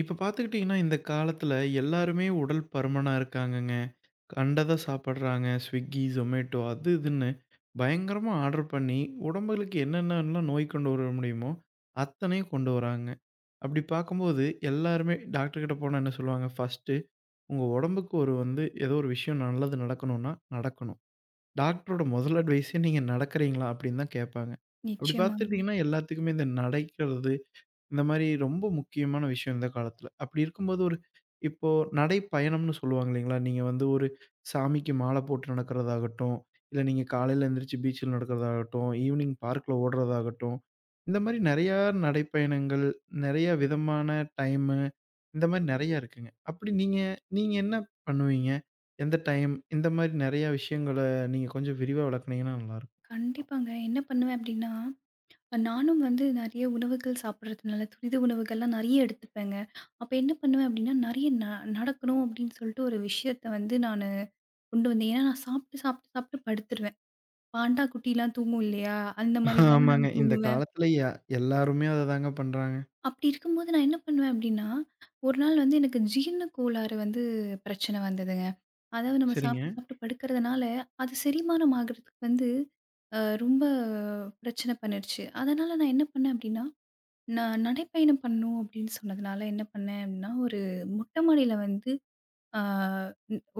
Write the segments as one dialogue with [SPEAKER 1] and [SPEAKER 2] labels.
[SPEAKER 1] இப்ப பார்த்துக்கிட்டீங்கன்னா, இந்த காலத்துல எல்லாருமே உடல் பருமனா இருக்காங்கங்க. கண்டத சாப்பிடுறாங்க. Swiggy, Zomato அது இதுன்னு பயங்கரமா ஆர்டர் பண்ணி, உடம்புகளுக்கு என்னென்னலாம் நோய் கொண்டு வர முடியுமோ, அத்தனையும் கொண்டு வராங்க. அப்படி பார்க்கும்போது எல்லாருமே டாக்டர் கிட்ட போனா என்ன சொல்லுவாங்க, "ஃபர்ஸ்ட்டு உங்க உடம்புக்கு ஒரு வந்து ஏதோ ஒரு விஷயம் நல்லது நடக்கணும்னா, நடக்கணும். டாக்டரோட முதல் அட்வைஸே நீங்க நடக்கிறீங்களா?" அப்படின்னு தான் கேட்பாங்க. அப்படி
[SPEAKER 2] நிச்சயமாங்க.
[SPEAKER 1] பார்த்துட்டீங்கன்னா, எல்லாத்துக்குமே இந்த நடக்கிறது, இந்த மாரி ரொம்ப முக்கியமான விஷயம் இந்த காலத்துல. அப்படி இருக்கும்போது ஒரு இப்போ நடை பயணம்னு சொல்லுவாங்க இல்லைங்களா? நீங்க வந்து ஒரு சாமிக்கு மாலை போட்டு நடக்கிறதாகட்டும், இல்ல நீங்க காலையில எந்திரிச்சு பீச்சில நடக்கிறதாகட்டும், ஈவினிங் பார்க்ல ஓடுறதாகட்டும், இந்த மாரி நெறையா நடைப்பயணங்கள், நெறைய விதமான டைமு, இந்த மாரி நெறையா இருக்குங்க. அப்படி நீங்க நீங்க என்ன பண்ணுவீங்க? எந்த டைம்? இந்த மாரி நெறையா விஷயங்கள நீங்க கொஞ்சம் விரிவா விளக்குனீங்கன்னா நல்லாருக்கும்.
[SPEAKER 2] கண்டிப்பாங்க. என்ன பண்ணுவேன் அப்டின்னா, நானும் வந்து நெறைய உணவுகள் சாப்பிடுறதுனால, துரித உணவுகள்லாம் நெறைய எடுத்துப்பேங்க. அப்ப என்ன பண்ணுவேன் அப்டின்னா, நெறைய நடக்கணும் அப்டின்னு சொல்லிட்டு ஒரு விஷயத்த வந்து நானு கொண்டு வந்தேன். ஏன்னா நான் சாப்ட்டு, சாப்ட்டு, சாப்ட்டு படுத்துருவேன். பாண்டா குட்டிலாம் தூங்கும் இல்லையா? அந்த மாரி தாங்க நாங்க
[SPEAKER 1] ஆமாங்க. இந்த
[SPEAKER 2] தூங்குவேன்.
[SPEAKER 1] காலத்துல எல்லாருமே அததாங்க பண்றாங்க.
[SPEAKER 2] அப்டி இருக்கும்போது நான் என்ன பண்ணுவேன் அப்டின்னா, ஒரு நாள் வந்து எனக்கு ஜீரண கோளாறு வந்து பிரச்சனை வந்ததுங்க. அதாவது நம்ம
[SPEAKER 1] சரிங்க,
[SPEAKER 2] சாப்பிட்டு சாப்பிட்டு படுக்கிறதுனால, அது செரிமானம் ஆகுறதுக்கு வந்து ரொம்ப பிரச்சனை பண்ணிருச்சு. அதனால நான் என்ன பண்ணேன் அப்டின்னா, நான் நடைப்பயணம் பண்ணணும் அப்டின்னு சொன்னதுனால என்ன பண்ணேன் அப்டின்னா, ஒரு மொட்டை மாடியில வந்து அ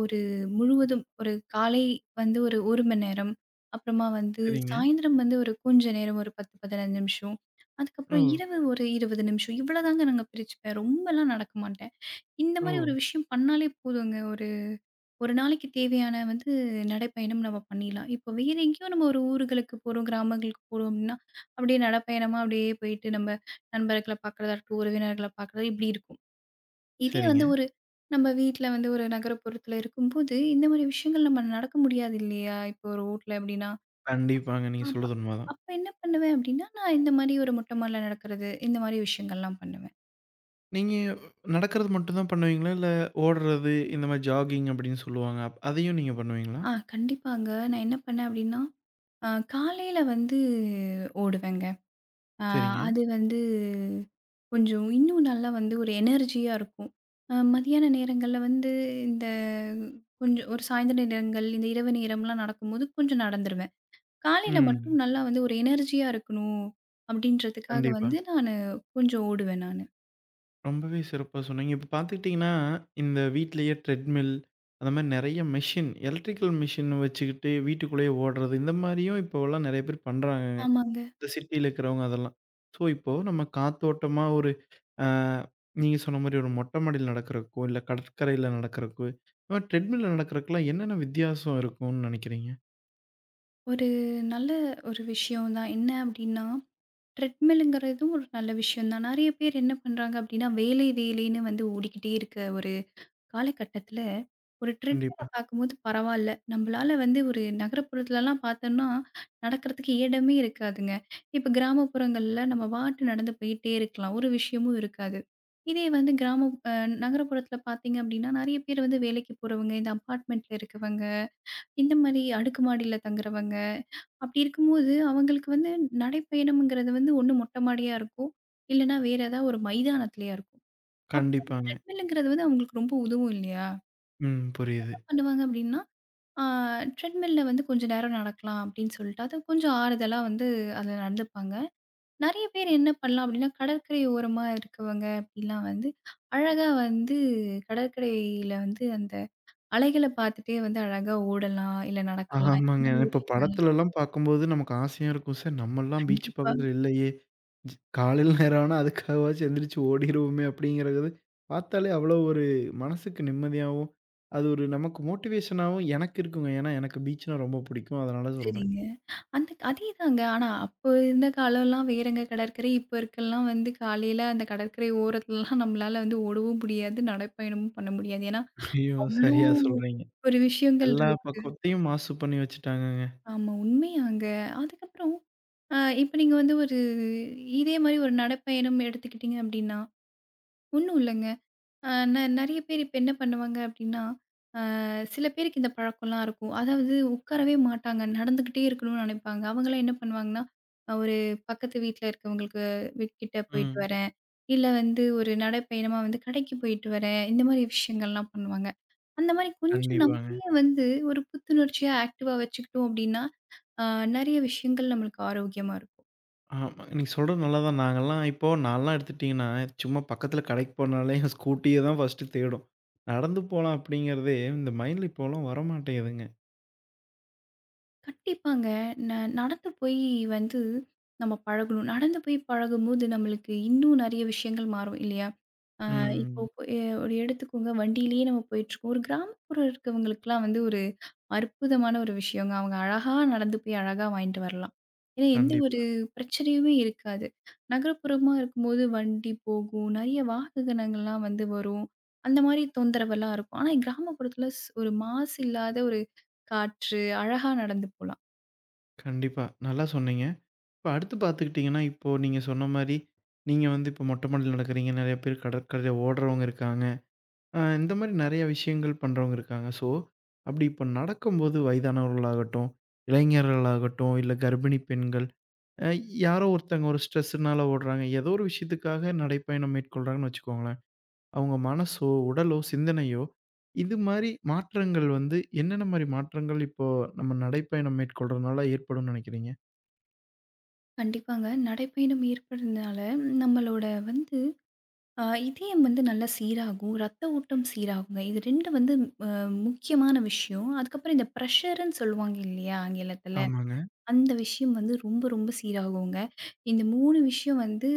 [SPEAKER 2] ஒரு முழுவதும் ஒரு காலை வந்து ஒரு 1 மணி நேரம், அப்புறமா வந்து
[SPEAKER 1] சரிங்க.
[SPEAKER 2] சாயந்திரம் வந்து ஒரு கொஞ்ச நேரம் ஒரு 10, 15 நிமிஷம்.
[SPEAKER 1] ஓ!
[SPEAKER 2] அதுக்கப்புறம் இரவு ஒரு 20 நிமிஷம் இவ்வளோதாங்க நாங்க பிரிச்சுப்பேன். ரொம்பலாம் நடக்க மாட்டேன். இந்த
[SPEAKER 1] ஓ!
[SPEAKER 2] மாரி ஒரு விஷயம் பண்ணாலே போதுங்க. ஒரு நாளைக்கு தேவையான வந்து நடைப்பயணம் நம்ம பண்ணிடலாம். இப்போ வேற எங்கேயோ நம்ம ஒரு ஊர்களுக்கு போறோம், கிராமங்களுக்கு போறோம் அப்படின்னா, அப்படியே நடைப்பயணமா அப்படியே போயிட்டு நம்ம நண்பர்கள பார்க்குறதா இருக்கட்டும், உறவினர்கள பார்க்குறது இப்படி இருக்கும். இதே வந்து
[SPEAKER 1] சரிங்க.
[SPEAKER 2] ஒரு நம்ம வீட்ல வந்து ஒரு நகரப்புறத்துல இருக்கும்போது, இந்த மாரி விஷயங்கள் நம்ம நடக்க முடியாது இல்லையா? இப்போ ஒரு ஊட்ல அப்படின்னா,
[SPEAKER 1] கண்டிப்பாங்க. நீங்க
[SPEAKER 2] ஆமா.
[SPEAKER 1] சொல்றது உண்மதான்.
[SPEAKER 2] அப்ப என்ன பண்ணுவேன் அப்படின்னா, நான் இந்த மாரி ஒரு மொட்டை மாடில நடக்கிறது, இந்த மாரி விஷயங்கள்லாம் பண்ணுவேன்.
[SPEAKER 1] நீங்க நடக்கிறது மட்டும் தான் பண்ணுவீங்களா? இல்ல ஓடுறது, இந்த மாரி ஜாகிங் அப்படின்னு சொல்லுவாங்க. அதையும் நீங்க பண்ணுவீங்களா?
[SPEAKER 2] ஆ கண்டிப்பாங்க. நான் என்ன பண்ணேன் அப்படின்னா, அ காலையில வந்து ஓடுவேங்க. ஆ
[SPEAKER 1] சரிங்க.
[SPEAKER 2] அது வந்து கொஞ்சம் இன்னும் நல்லா வந்து ஒரு எனர்ஜியா இருக்கும். மதியான நேரங்கள்ல வந்து இந்த கொஞ்சம் ஒரு சாயந்தர நேரங்கள், இந்த இரவு நேரம்லாம் நடக்கும்போது கொஞ்சம் நடந்துருவேன். காலையில மட்டும்
[SPEAKER 1] ம்.
[SPEAKER 2] நல்லா வந்து ஒரு எனர்ஜியா இருக்கணும் அப்படின்றதுக்காக
[SPEAKER 1] கண்டிப்பா.
[SPEAKER 2] வந்து நானு கொஞ்சம் ஓடுவேன் நானு.
[SPEAKER 1] ரொம்பவே சிறப்பா சொன்னீங்க. இப்ப பார்த்துக்கிட்டீங்கன்னா, இந்த வீட்லயே ட்ரெட்மில், அந்த மாரி நெறைய மெஷின், எலக்ட்ரிக்கல் மெஷின் வச்சுக்கிட்டு வீட்டுக்குள்ளேயே ஓடுறது, இந்த மாரியும் இப்போலாம் நெறைய பேர் பண்றாங்க.
[SPEAKER 2] ஆமாங்க.
[SPEAKER 1] இந்த சிட்டில இருக்கிறவங்க அதெல்லாம். ஸோ, இப்போ நம்ம காத்தோட்டமா ஒரு அ நீங்க சொன்ன மாரி ஒரு மொட்டை மாடியில நடக்கிறதுக்கோ, இல்ல கடற்கரையில நடக்கிறதுக்கோ, இந்த மாரி ட்ரெட்மில்ல நடக்கிறதுக்குலாம் என்னென்ன வித்தியாசம் இருக்கும்னு நினைக்கிறீங்க?
[SPEAKER 2] ஒரு நல்ல ஒரு விஷயம் தான். என்ன அப்படின்னா, ட்ரெட்மில்லுங்கிறதும் ஒரு நல்ல விஷயம் தான். நெறைய பேர் என்ன பண்றாங்க அப்படின்னா, வேலை வேலைன்னு வந்து ஓடிக்கிட்டே இருக்க ஒரு காலகட்டத்தில ஒரு ட்ரெட்மில
[SPEAKER 1] கண்டிப்பா.
[SPEAKER 2] பார்க்கும்போது பரவால்ல. நம்பளால வந்து ஒரு நகரப்புறத்துலலாம் பார்த்தோம்னா, நடக்கிறதுக்கு இடமே இருக்காதுங்க. இப்ப கிராமப்புறங்கள்ல நம்ம பாட்டு நடந்து போயிட்டே இருக்கலாம். ஒரு விஷயமும் இருக்காது. இதே வந்து கிராமம் நகரப்புறத்தில பார்த்தீங்க அப்டின்னா, நெறைய பேர் வந்து வேலைக்கு போறவங்க, இந்த அபார்ட்மெண்ட்ல இருக்கவங்க, இந்த மாரி அடுக்குமாடியில தங்குறவங்க, அப்டி இருக்கும்போது அவங்களுக்கு வந்து நடைப்பயணம்ங்கிறது வந்து ஒண்ணு மொட்ட மாடியா இருக்கும். இல்லன்னா வேற ஏதாவது ஒரு மைதானத்திலயா இருக்கும். அப்போ இந்த
[SPEAKER 1] கண்டிப்பாங்க.
[SPEAKER 2] ட்ரெட்மில்லுங்கிறது வந்து அவங்களுக்கு ரொம்ப உதவும் இல்லையா?
[SPEAKER 1] ம். புரியுது.
[SPEAKER 2] பண்ணுவாங்க அப்படின்னா, ஆ ட்ரெட்மில்ல வந்து கொஞ்ச நேரம் நடக்கலாம் அப்படின்னு சொல்லிட்டு, அது கொஞ்சம் ஆறுதலா வந்து அதில நடந்துப்பாங்க. நெறைய பேர் என்ன பண்ணலாம் அப்படின்னா, கடற்கரை ஓரமா இருக்கவங்க அப்படிலாம் வந்து, அழகா வந்து கடற்கரையில வந்து அந்த அலைகள பார்த்துட்டே வந்து அழகா ஓடலாம், இல்ல நடக்கலாம். இந்த
[SPEAKER 1] ஆமாங்க.
[SPEAKER 2] மாதிரி
[SPEAKER 1] இப்ப
[SPEAKER 2] விஷயங்கள்லாம்
[SPEAKER 1] படத்துலலாம் பார்க்கும்போது நமக்கு ஆசையா இருக்கும். சார் நம்மலாம் பீச்
[SPEAKER 2] கண்டிப்பா.
[SPEAKER 1] பக்கத்துல இல்லையே! காலையில நேரம் ஆனா அதுக்காகவாச்சும் எந்திரிச்சு ஓடிருவோமே! அப்படிங்கிறது பார்த்தாலே அவ்வளோ ஒரு மனசுக்கு நிம்மதியாவும், அது ஒரு நமக்கு மோட்டிவேஷனாவும் எனக்கு இருக்குங்க. ஏன்னா எனக்கு பீச்னா ரொம்ப பிடிக்கும். அதனால சொல்றேன்.
[SPEAKER 2] சரிங்க. அந்த அதேதாங்க. ஆனா அப்போ இருந்த காலம்லாம் வேறங்க கடற்கரை. இப்போ இருக்கல்லாம் வந்து காலையில அந்த கடற்கரை ஓரத்துலலாம் நம்மளால வந்து ஓடவும் முடியாது, நடைப்பயணமும் பண்ண முடியாது. ஏன்னா,
[SPEAKER 1] ஐயோ!
[SPEAKER 2] அவ்ளோ
[SPEAKER 1] சரியா சொல்றீங்க.
[SPEAKER 2] ஒரு விஷயங்கள்
[SPEAKER 1] எல்லா
[SPEAKER 2] இருக்கு.
[SPEAKER 1] பக்கத்தையும் மாசு பண்ணி வச்சுட்டாங்கங்க.
[SPEAKER 2] ஆமா, உண்மையாங்க. அதுக்கப்புறம் இப்ப நீங்க வந்து ஒரு இதே மாரி ஒரு நடைப்பயணம் எடுத்துக்கிட்டீங்க அப்படின்னா, ஒண்ணும் இல்லங்க. அ ந நெறைய பேர் இப்ப என்ன பண்ணுவாங்க அப்படின்னா, சில பேருக்கு இந்த பழக்கம்லாம் இருக்கும். அதாவது உட்காரவே மாட்டாங்க. நடந்துகிட்டே இருக்கணும்னு நெனைப்பாங்க. அவங்கலாம் என்ன பண்ணுவாங்கன்னா, ஒரு பக்கத்து வீட்ல இருக்கவங்களுக்கு வீட்கிட்ட போயிட்டு
[SPEAKER 1] ம்.
[SPEAKER 2] வரேன். இல்ல வந்து ஒரு நடைப்பயணமா வந்து கடைக்கு போயிட்டு வரேன். இந்த மாரி விஷயங்கள்லாம் பண்ணுவாங்க. அந்த மாரி கொஞ்சம்
[SPEAKER 1] கண்டிப்பாங்க.
[SPEAKER 2] நம்மளயே வந்து ஒரு புத்துணர்ச்சியா ஆக்டிவா வச்சுக்கிட்டோம் அப்படின்னா, ஆ, நெறைய விஷயங்கள் நம்மளுக்கு ஆரோக்கியமா இருக்கும்.
[SPEAKER 1] ஆமா. நீங்க சொல்றது நல்லாதான். நாங்கலாம் இப்போ நான்லாம் எடுத்துட்டீங்கன்னா, சும்மா பக்கத்தில கடைக்கு போனாலே ஸ்கூட்டிய தான் ஃபர்ஸ்ட்டு தேடும். நடந்து போலாம் அப்படிங்கிறதே இந்த மைண்ட்ல இப்போலாம் வரமாட்டேங்குதுங்க.
[SPEAKER 2] கண்டிப்பாங்க. ந நடந்து போய் வந்து நம்ம பழகணும். நடந்து போய் பழகும்போது நம்மளுக்கு இன்னும் நெறைய விஷயங்கள் மாறும் இல்லையா? இப்போ
[SPEAKER 1] ம்.
[SPEAKER 2] இப்போ ஒரு எடுத்துக்கோங்க, வண்டியிலேயே நம்ம போயிட்டுருக்கோம். ஒரு கிராமப்புறம் இருக்கவங்களுக்குலாம் வந்து ஒரு அற்புதமான ஒரு விஷயங்க. அவங்க அழகா நடந்து போய் அழகா வாங்கிட்டு வரலாம். ஏன்னா, எந்த
[SPEAKER 1] கண்டிப்பா,
[SPEAKER 2] ஒரு பிரச்சனையுமே இருக்காது. நகரப்புறமா இருக்கும்போது வண்டி போகும், நெறைய வாகனங்கள்லாம் வந்து வரும். அந்த மாரி தொந்தரவெல்லாம் இருக்கும். ஆனா, கிராமப்புறத்தில ஒரு மாசு இல்லாத ஒரு காற்று, அழகா நடந்து போலாம்.
[SPEAKER 1] கண்டிப்பா. நல்லா சொன்னீங்க. இப்ப அடுத்து பார்த்துக்கிட்டீங்கன்னா, இப்போ நீங்க சொன்ன மாரி, நீங்க வந்து இப்போ மொட்டை மாடியில நடக்கிறீங்க. நெறைய பேர் கடற்கரையில ஓடுறவங்க இருக்காங்க. இந்த மாரி நெறைய விஷயங்கள் பண்றவங்க இருக்காங்க. ஸோ, அப்படி இப்ப நடக்கும்போது வயதானவர்களாகட்டும், இளைஞர்களாகட்டும், இல்ல கர்ப்பிணி பெண்கள் அ யாரோ ஒருத்தங்க ஒரு ஸ்ட்ரெஸ்ஸுனால ஓடுறாங்க. ஏதோ ஒரு விஷயத்துக்காக நடைப்பயணம் மேற்கொள்றாங்கன்னு வச்சுக்கோங்களேன். அவங்க மனசோ, உடலோ, சிந்தனையோ இது மாரி மாற்றங்கள் வந்து என்னென்ன மாரி மாற்றங்கள் இப்போ நம்ம நடைப்பயணம் மேற்கொள்றதுனால ஏற்படும்னு நெனைக்கிறீங்க?
[SPEAKER 2] கண்டிப்பாங்க. நடைப்பயணம் ஏற்படுறதுனால நம்மளோட வந்து ஆ இதயம் வந்து நல்லா சீராகும். ரத்த ஓட்டம் சீராகுங்க. இது 2 வந்து அ முக்கியமான விஷயம். அதுக்கப்புறம் இந்த பிரஷர்ன்னு சொல்லுவாங்க இல்லையா? ஆங்கிலத்தில.
[SPEAKER 1] ஆமாங்க.
[SPEAKER 2] அந்த விஷயம் வந்து ரொம்ப, ரொம்ப சீராகுங்க. இந்த 3 விஷயம் வந்து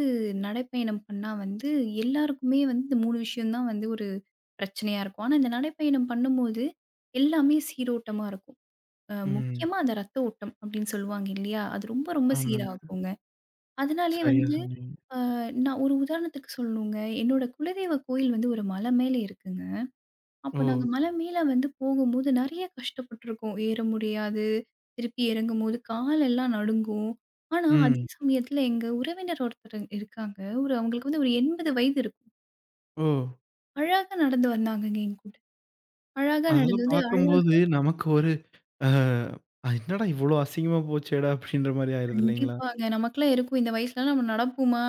[SPEAKER 2] நடைப்பயணம் பண்ணா வந்து எல்லாருக்குமே வந்து இந்த 3 விஷயம் தான் வந்து ஒரு பிரச்சனையா இருக்கும். ஆனா இந்த நடைப்பயணம் பண்ணும்போது எல்லாமே சீரோட்டமா இருக்கும்.
[SPEAKER 1] ம்.
[SPEAKER 2] முக்கியமா அந்த ரத்த ஓட்டம் அப்படின்னு சொல்லுவாங்க இல்லையா? அது ரொம்ப, ரொம்ப
[SPEAKER 1] ஆமாங்க.
[SPEAKER 2] சீராகுங்க. அதனாலேயே
[SPEAKER 1] சரியா
[SPEAKER 2] வந்து
[SPEAKER 1] சொன்னீங்க.
[SPEAKER 2] நான் ஒரு உதாரணத்துக்கு சொல்லணுங்க. என்னோட குலதெய்வ கோயில் வந்து ஒரு மலை மேல இருக்குங்க.
[SPEAKER 1] ஓ!
[SPEAKER 2] அப்போ நாங்க மலை மேல வந்து போகும்போது நெறைய கஷ்டப்பட்டுருக்கோம். ஏற முடியாது. திருப்பி இறங்கும்போது காலெல்லாம் நடுங்கும். ஆனா, அதே
[SPEAKER 1] ம்.
[SPEAKER 2] சமயத்துல எங்க உறவினர் ஒருத்தர் இருக்காங்க. ஒரு அவங்களுக்கு வந்து ஒரு 80 வயது இருக்கும்.
[SPEAKER 1] ஓ!
[SPEAKER 2] அழகா நடந்து வந்தாங்கங்க என் கூட. அழகா நடந்து
[SPEAKER 1] அதெல்லாம்
[SPEAKER 2] வந்து அழகா
[SPEAKER 1] பார்க்கும்போது நமக்கு ஒரு அ "என்னடா இவ்ளோ அசிங்கமா போச்சேடா!" அப்படின்ற மாரி ஆயிருது இல்லைங்களா?
[SPEAKER 2] கண்டிப்பாங்க. நமக்கெல்லாம் இருக்கும் இந்த வயசுலலாம் நம்ம நடப்போமா?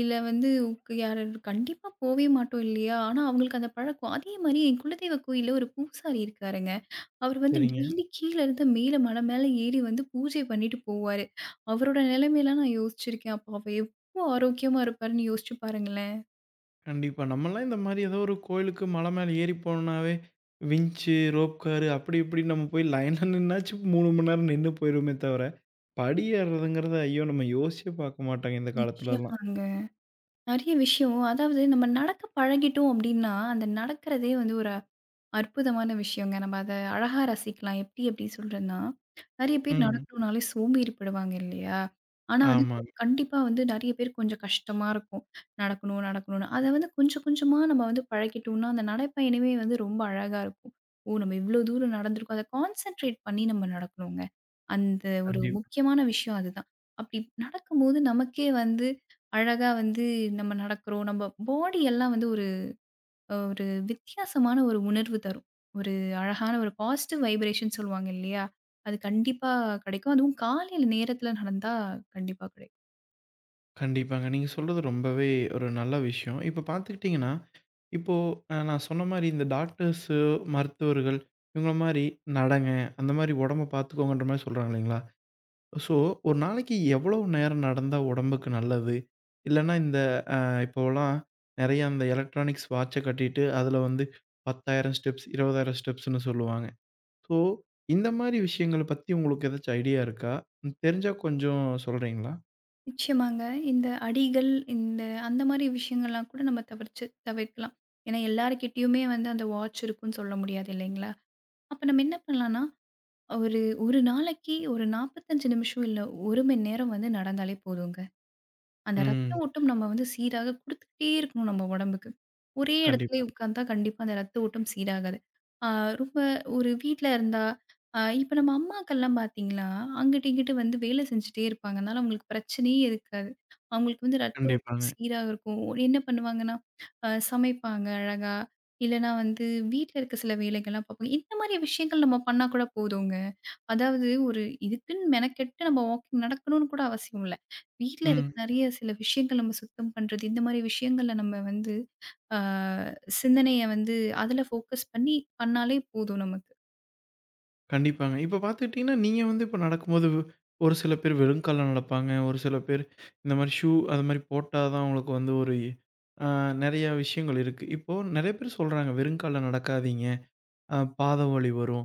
[SPEAKER 2] இல்ல வந்து யார் கண்டிப்பா போவே மாட்டோம் இல்லையா? ஆனா, அவங்களுக்கு அந்த பழக்கம். அதே மாரி என் குலதெய்வ கோயில்ல ஒரு பூசாரி இருக்காருங்க. அவரு வந்து
[SPEAKER 1] சரிங்க.
[SPEAKER 2] டெய்லி கீழ இருந்து மேல மலை மேல ஏறி வந்து பூஜை பண்ணிட்டு போவாரு. அவரோட நிலைமையெல்லாம் நான் யோசிச்சிருக்கேன். அப்போ அவ எவ்ளோ ஆரோக்கியமா இருப்பாருன்னு யோசிச்சு பாருங்களேன்.
[SPEAKER 1] கண்டிப்பா. நம்மலாம் இந்த மாரி ஏதோ ஒரு கோயிலுக்கு மலை மேல ஏறி போனோம்னாவே, விஞ்ச்சு, ரோப் காரு அப்படி இப்படின்னு நம்ம போய் லைன்ல நின்னாச்சும் 3 மணி நேரம் நின்னு போயிருவோமே தவிர, படி ஏறுறதுங்கிறத ஐயோ! நம்ம யோசிச்சே பார்க்க மாட்டாங்க இந்த காலத்துலலாம்.
[SPEAKER 2] நிச்சயமாங்க. நெறைய விஷயம். அதாவது நம்ம நடக்க பழகிட்டோம் அப்டின்னா, அந்த நடக்கிறதே வந்து ஒரு அற்புதமான விஷயங்க. நம்ம அத அழகா ரசிக்கலாம். எப்படி அப்படி சொல்றேன்னா, நெறைய பேர்
[SPEAKER 1] ம்.
[SPEAKER 2] நடக்கணும்னாலே சோம்பேறிப்படுவாங்க இல்லையா? ஆனா வந்து
[SPEAKER 1] ஆமாங்க.
[SPEAKER 2] கண்டிப்பா வந்து நெறைய பேர் கொஞ்சம் கஷ்டமா இருக்கும். நடக்கணும், நடக்கணும்னு. அத வந்து கொஞ்சம் கொஞ்சமா நம்ம வந்து பழக்கிட்டோம்னா, அந்த நடைப்பயணமே வந்து ரொம்ப அழகா இருக்கும். ஓ! நம்ம இவ்ளோ தூரம் நடந்திருக்கோம். அத கான்சன்ட்ரேட் பண்ணி நம்ம நடக்கணுங்க. அந்த ஒரு
[SPEAKER 1] கண்டிப்பா.
[SPEAKER 2] முக்கியமான விஷயம் அதுதான். அப்படி நடக்கும்போது நமக்கே வந்து அழகா வந்து நம்ம நடக்கிறோம். நம்ம பாடி எல்லாம் வந்து ஒரு ஒரு வித்தியாசமான ஒரு உணர்வு தரும். ஒரு அழகான ஒரு பாசிட்டிவ் வைப்ரேஷன் சொல்லுவாங்க இல்லையா? அது கண்டிப்பா கிடைக்கும். அதுவும் காலையில நேரத்தில நடந்தா கண்டிப்பா கிடைக்கும்.
[SPEAKER 1] கண்டிப்பாங்க. நீங்க சொல்றது ரொம்பவே ஒரு நல்ல விஷயம். இப்ப பார்த்துக்கிட்டீங்கன்னா, இப்போ நான் சொன்ன மாரி இந்த டாக்டர்ஸு, மருத்துவர்கள் இவங்கள மாரி நடங்க, அந்த மாரி உடம்ப பார்த்துக்கோங்கன்ற மாரி சொல்றாங்க இல்லைங்களா? ஸோ, ஒரு நாளைக்கு எவ்வளவு நேரம் நடந்தா உடம்புக்கு நல்லது? இல்லன்னா இந்த இப்போலாம் நெறைய அந்த எலக்ட்ரானிக்ஸ் வாட்ச கட்டிட்டு, அதில வந்து 10,000 ஸ்டெப்ஸ், 20,000 ஸ்டெப்ஸ்ன்னு சொல்லுவாங்க. ஸோ, இந்த மாரி விஷயங்கள பத்தி உங்களுக்கு ஏதாச்சும் ஐடியா இருக்கா? ம் தெரிஞ்சா கொஞ்சம் சொல்றீங்களா?
[SPEAKER 2] நிச்சயமாங்க. இந்த அடிகள், இந்த அந்த மாரி விஷயங்கள்லாம் கூட நம்ம தவிர்ச்சு தவிர்க்கலாம். ஏன்னா எல்லார்கிட்டயுமே வந்து அந்த வாட்ச் இருக்குன்னு சொல்ல முடியாது இல்லைங்களா? அப்ப நம்ம என்ன பண்ணலாம்னா, ஒரு ஒரு நாளைக்கு ஒரு 45 நிமிஷம் இல்ல 1 மணி நேரம் வந்து நடந்தாலே போதுங்க. அந்த ரத்த
[SPEAKER 1] ம்.
[SPEAKER 2] ஓட்டம் நம்ம வந்து சீராக குடுத்துக்கிட்டே இருக்கணும் நம்ம உடம்புக்கு. ஒரே
[SPEAKER 1] கண்டிப்பா,
[SPEAKER 2] இடத்துலயே உட்கார்ந்தா கண்டிப்பா அந்த ரத்த ஓட்டம் சீராகாது. ஆ ரொம்ப ஒரு வீட்ல இருந்தா இப்ப நம்ம அம்மாக்கள்லாம் பார்த்தீங்கன்னா, அங்கிட்டு, இங்கிட்டு வந்து வேலை செஞ்சுட்டே இருப்பாங்க. அதனால அவங்களுக்கு பிரச்சனையே இருக்காது. அவங்களுக்கு வந்து ரத்த ஓட்டம்
[SPEAKER 1] கண்டிப்பாங்க.
[SPEAKER 2] சீராக இருக்கும். ஒரு- என்ன பண்ணுவாங்கன்னா, சமைப்பாங்க அழகா. இல்லன்னா வந்து வீட்ல இருக்க சில வேலைகள்லாம் பார்ப்பாங்க. இந்த மாரி விஷயங்கள் நம்ம பண்ணா கூட போதுங்க. அதாவது ஒரு இதுக்குன்னு மெனக்கெட்டு நம்ம வாக்கிங் நடக்கணும்னு கூட அவசியம் இல்ல. வீட்ல
[SPEAKER 1] ம்.
[SPEAKER 2] இருக்க நெறைய சில விஷயங்கள் நம்ம சுத்தம் பண்றது, இந்த மாரி விஷயங்கள்ல நம்ம வந்து ஆ சிந்தனைய வந்து அதுல ஃபோக்கஸ் பண்ணி பண்ணாலே போதும் நமக்கு.
[SPEAKER 1] கண்டிப்பாங்க. இப்ப பார்த்துக்கிட்டீங்கன்னா, நீங்க வந்து இப்ப நடக்கும்போது ஒரு சில பேர் வெறும் கால்ல நடப்பாங்க. ஒரு சில பேர் இந்த மாரி ஷூ அது மாரி போட்டா தான் உங்களுக்கு வந்து ஒரு அ நெறைய விஷயங்கள் இருக்கு. இப்போ நெறைய பேர் சொல்றாங்க, "வெறும் கால்ல நடக்காதீங்க. பாத வலி வரும்.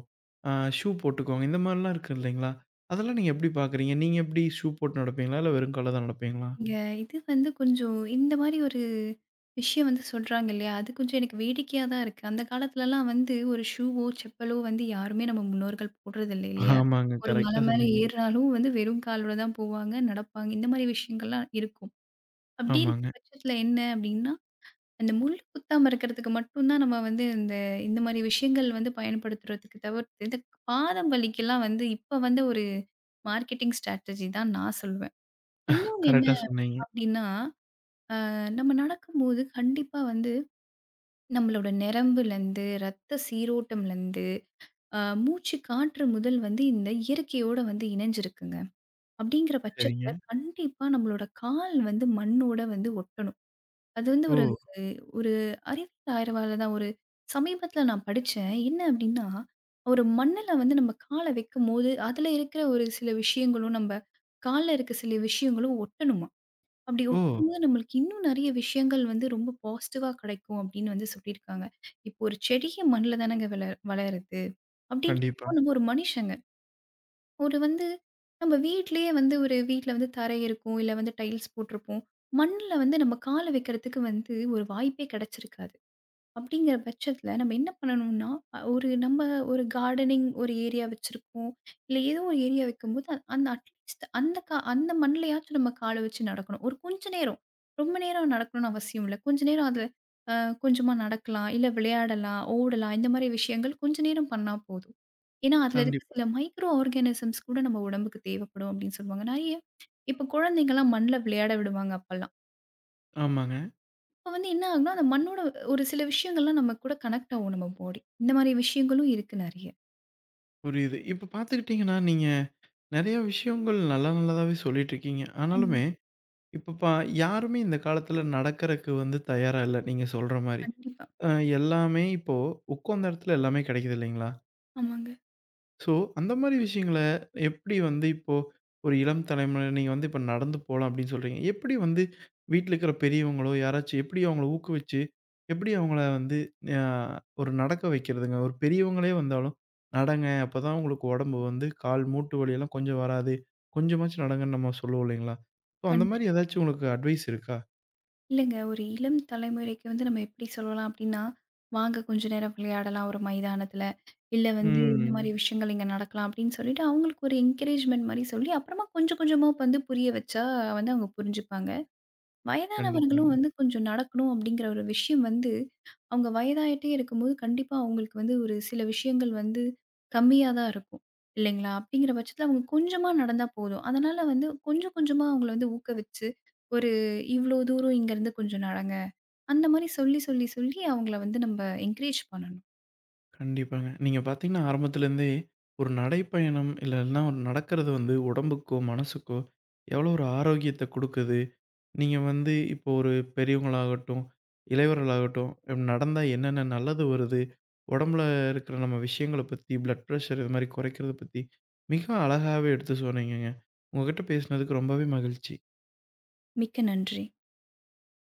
[SPEAKER 1] அ ஷூ போட்டுக்கோங்க." இந்த மாரிலாம் இருக்கு இல்லைங்களா? அதெல்லாம் நீங்க எப்படி பார்க்குறீங்க? நீங்க எப்படி ஷூ போட்டு நடப்பீங்களா? இல்ல வெறும் கால்ல தான் நடப்பீங்களா?
[SPEAKER 2] நீங்க இது வந்து கொஞ்சம் இந்த மாரி ஒரு விஷயம் வந்து சொல்றாங்க இல்லையா? அது கொஞ்சம் எனக்கு வேடிக்கையா தான் இருக்கு. அந்த காலத்துலலாம் வந்து ஒரு ஷூவோ, செப்பலோ வந்து யாருமே நம்ம முன்னோர்கள் போடுறதில்ல இல்லையா?
[SPEAKER 1] ஆமாங்க.
[SPEAKER 2] ஒரு மலை
[SPEAKER 1] கரெக்ட்டா
[SPEAKER 2] மேல
[SPEAKER 1] சொன்னீங்க.
[SPEAKER 2] ஏறுனாலும் வந்து வெறும் காலோட தான் போவாங்க, நடப்பாங்க. இந்த மாரி விஷயங்கள்லாம் இருக்கும். அப்படி இருக்க
[SPEAKER 1] ஆமாங்க.
[SPEAKER 2] பட்சத்துல என்ன அப்படின்னா, அந்த முள்ளு குத்தாம இருக்கிறதுக்கு மட்டும் தான் நம்ம வந்து இந்த இந்த மாரி விஷயங்கள் வந்து பயன்படுத்துறதுக்கு தவிர்த்து, இந்த பாதம் வலிக்கெல்லாம் வந்து இப்ப வந்து ஒரு மார்க்கெட்டிங் ஸ்ட்ராட்டஜி தான் நான் சொல்வேன். இன்னொன்னு என்ன
[SPEAKER 1] கரெக்ட்டா சொன்னீங்க.
[SPEAKER 2] அப்படின்னா, நம்ம நடக்கும்போது கண்டிப்பா வந்து நம்மளோட நரம்புலருந்து, ரத்த சீரோட்டம்லருந்து, அ மூச்சு காற்று முதல் வந்து இந்த இயற்கையோட வந்து இணைஞ்சிருக்குங்க. அப்படிங்கிற
[SPEAKER 1] சரிங்க.
[SPEAKER 2] பட்சத்துல கண்டிப்பா நம்மளோட கால் வந்து மண்ணோட வந்து ஒட்டணும். அது வந்து
[SPEAKER 1] ஓ!
[SPEAKER 2] ஒரு ஒரு அறிவியல் ஆய்வாளர் தான். ஒரு சமீபத்தில நான் படிச்சேன். என்ன அப்டின்னா, ஒரு மண்ணுல வந்து நம்ம கால வைக்கும்போது, அதுல இருக்கிற ஒரு சில விஷயங்களும், நம்ம கால்ல இருக்க சில விஷயங்களும் ஒட்டணுமாம். அப்படி
[SPEAKER 1] ஓ!
[SPEAKER 2] ஒட்டும்போது நம்மளுக்கு இன்னும் நெறைய விஷயங்கள் வந்து ரொம்ப பாசிட்டிவா கிடைக்கும் அப்படின்னு வந்து சொல்லியிருக்காங்க. இப்போ ஒரு செடியே மண்ணுல தானங்க வளருது.
[SPEAKER 1] கண்டிப்பா,
[SPEAKER 2] அப்படின்றப்போ நம்ம ஒரு மனுஷங்க, ஒரு வந்து நம்ம வீட்லயே வந்து ஒரு வீட்ல வந்து தரை இருக்கும். இல்ல வந்து டைல்ஸ் போட்டிருப்போம். மண்ணுல வந்து நம்ம கால வைக்கிறதுக்கு வந்து ஒரு வாய்ப்பே கிடைச்சிருக்காது. அப்படிங்கிற பட்சத்துல நம்ம என்ன பண்ணணும்னா, ஒரு நம்ம ஒரு கார்டனிங் ஒரு ஏரியா வச்சிருக்கோம். இல்ல ஏதோ ஒரு ஏரியா வைக்கும்போது, அந்த அட்லீஸ்ட் அந்த மண்ணுலயாச்சும் நம்ம கால வச்சு நடக்கணும். ஒரு கொஞ்ச நேரம், ரொம்ப நேரம் நடக்கணும்னு அவசியம் இல்ல. கொஞ்ச நேரம் அதுல அ கொஞ்சமா நடக்கலாம், இல்ல விளையாடலாம், ஓடலாம். இந்த மாரி விஷயங்கள் கொஞ்ச நேரம் பண்ணா போதும். ஏன்னா, அதுல இருக்க
[SPEAKER 1] கண்டிப்பா.
[SPEAKER 2] சில மைக்ரோ ஆர்கானிசம்ஸ் கூட நம்ம உடம்புக்கு தேவைப்படும் அப்படின்னு சொல்லுவாங்க. நெறைய இப்ப குழந்தைங்கலாம் மண்ல விளையாட விடுவாங்க அப்பலாம்.
[SPEAKER 1] ஆமாங்க.
[SPEAKER 2] அப்ப வந்து என்ன ஆகும்னா, அந்த மண்ணோட ஒரு சில விஷயங்கள்லாம் நம்ம கூட கனெக்ட் ஆகும் நம்ம பாடி. இந்த மாரி விஷயங்களும் இருக்கு நெறைய.
[SPEAKER 1] புரியுது. இப்ப பார்த்துக்கிட்டீங்கன்னா, நீங்க நெறைய விஷயங்கள் நல்லா நல்லதாவே சொல்லிட்டுருக்கீங்க. ஆனாலுமே,
[SPEAKER 2] ஆமாங்க.
[SPEAKER 1] இப்ப பா யாருமே இந்த காலத்துல நடக்கறக்கு வந்து தயாரா இல்ல, நீங்க சொல்ற மாரி.
[SPEAKER 2] கண்டிப்பா.
[SPEAKER 1] அ எல்லாமே இப்போ உட்காந்த இடத்துல எல்லாமே கெடைக்குது இல்லைங்களா?
[SPEAKER 2] ஆமாங்க.
[SPEAKER 1] ஸோ, அந்த மாரி விஷயங்கள எப்படி வந்து இப்போ ஒரு இளம் தலைமுறை நீங்க வந்து இப்ப நடந்து போலாம் அப்படின்னு சொல்றீங்க. எப்படி வந்து வீட்ல இருக்கிற பெரியவங்களோ யாராச்சும் எப்படி அவங்கள ஊக்குவிச்சு, எப்படி அவங்கள வந்து அ ஒரு நடக்க வைக்கிறதுங்க? ஒரு பெரியவங்களே வந்தாலும் நடங்க. அப்பதான் உங்களுக்கு உடம்பு வந்து கால் மூட்டு வலியெல்லாம் கொஞ்சம் வராது. கொஞ்சமாச்சும் நடங்கன்னு நம்ம சொல்லுவோம் இல்லைங்களா? ஸோ அந்த
[SPEAKER 2] கண்டிப்பா.
[SPEAKER 1] மாரி ஏதாச்சும் உங்களுக்கு அட்வைஸ் இருக்கா?
[SPEAKER 2] இல்லங்க. ஒரு இளம் தலைமுறைக்கு வந்து நம்ம எப்படி சொல்லலாம் அப்படின்னா, வாங்க கொஞ்ச நேரம் விளையாடலாம் ஒரு மைதானத்துல. இல்ல வந்து இந்த மாரி
[SPEAKER 1] ம்.
[SPEAKER 2] விஷயங்கள் இங்க நடக்கலாம் அப்படின்னு சொல்லிட்டு, அவங்களுக்கு ஒரு என்கரேஜ்மென்ட் மாரி சொல்லி, அப்புறமா கொஞ்சம் கொஞ்சமா வந்து புரிய வச்சா வந்து அவங்க புரிஞ்சுப்பாங்க.
[SPEAKER 1] கண்டிப்பா.
[SPEAKER 2] வயதானவர்களும் வந்து கொஞ்சம் நடக்கணும் அப்படிங்கிற ஒரு விஷயம் வந்து, அவங்க வயதாயிட்டே இருக்கும்போது கண்டிப்பா அவங்களுக்கு வந்து ஒரு சில விஷயங்கள் வந்து கம்மியா தான் இருக்கும். இல்லைங்களா? அப்படிங்கிற பட்சத்தில அவங்க கொஞ்சமா நடந்தா போதும். அதனால வந்து கொஞ்சம் கொஞ்சமா அவங்கள வந்து ஊக்குவிச்சு, ஒரு இவ்ளோ தூரம் இங்கேருந்து கொஞ்சம் நடங்க. அந்த மாரி சொல்லி, சொல்லி, சொல்லி அவங்கள வந்து நம்ம என்கரேஜ் பண்ணணும்.
[SPEAKER 1] கண்டிப்பாங்க. நீங்க பார்த்தீங்கன்னா, ஆரம்பத்துலேருந்தே ஒரு நடைப்பயணம் இல்லன்னா ஒரு நடக்கிறது வந்து உடம்புக்கோ, மனசுக்கோ எவ்வளோ ஒரு ஆரோக்கியத்த குடுக்குது. நீங்க வந்து இப்போ ஒரு பெரியவங்களாகட்டும், இளையவர்களாகட்டும் நடந்தா என்னென்ன நல்லது வருது, உடம்புல இருக்கிற நம்ம விஷயங்கள பத்தி, பிளட் பிரஷர் இது மாரி குறைக்கிறத பத்தி மிக அழகாவே எடுத்து சொன்னீங்கங்க. உங்ககிட்ட பேசினதுக்கு ரொம்பவே மகிழ்ச்சி.
[SPEAKER 2] மிக்க நன்றி.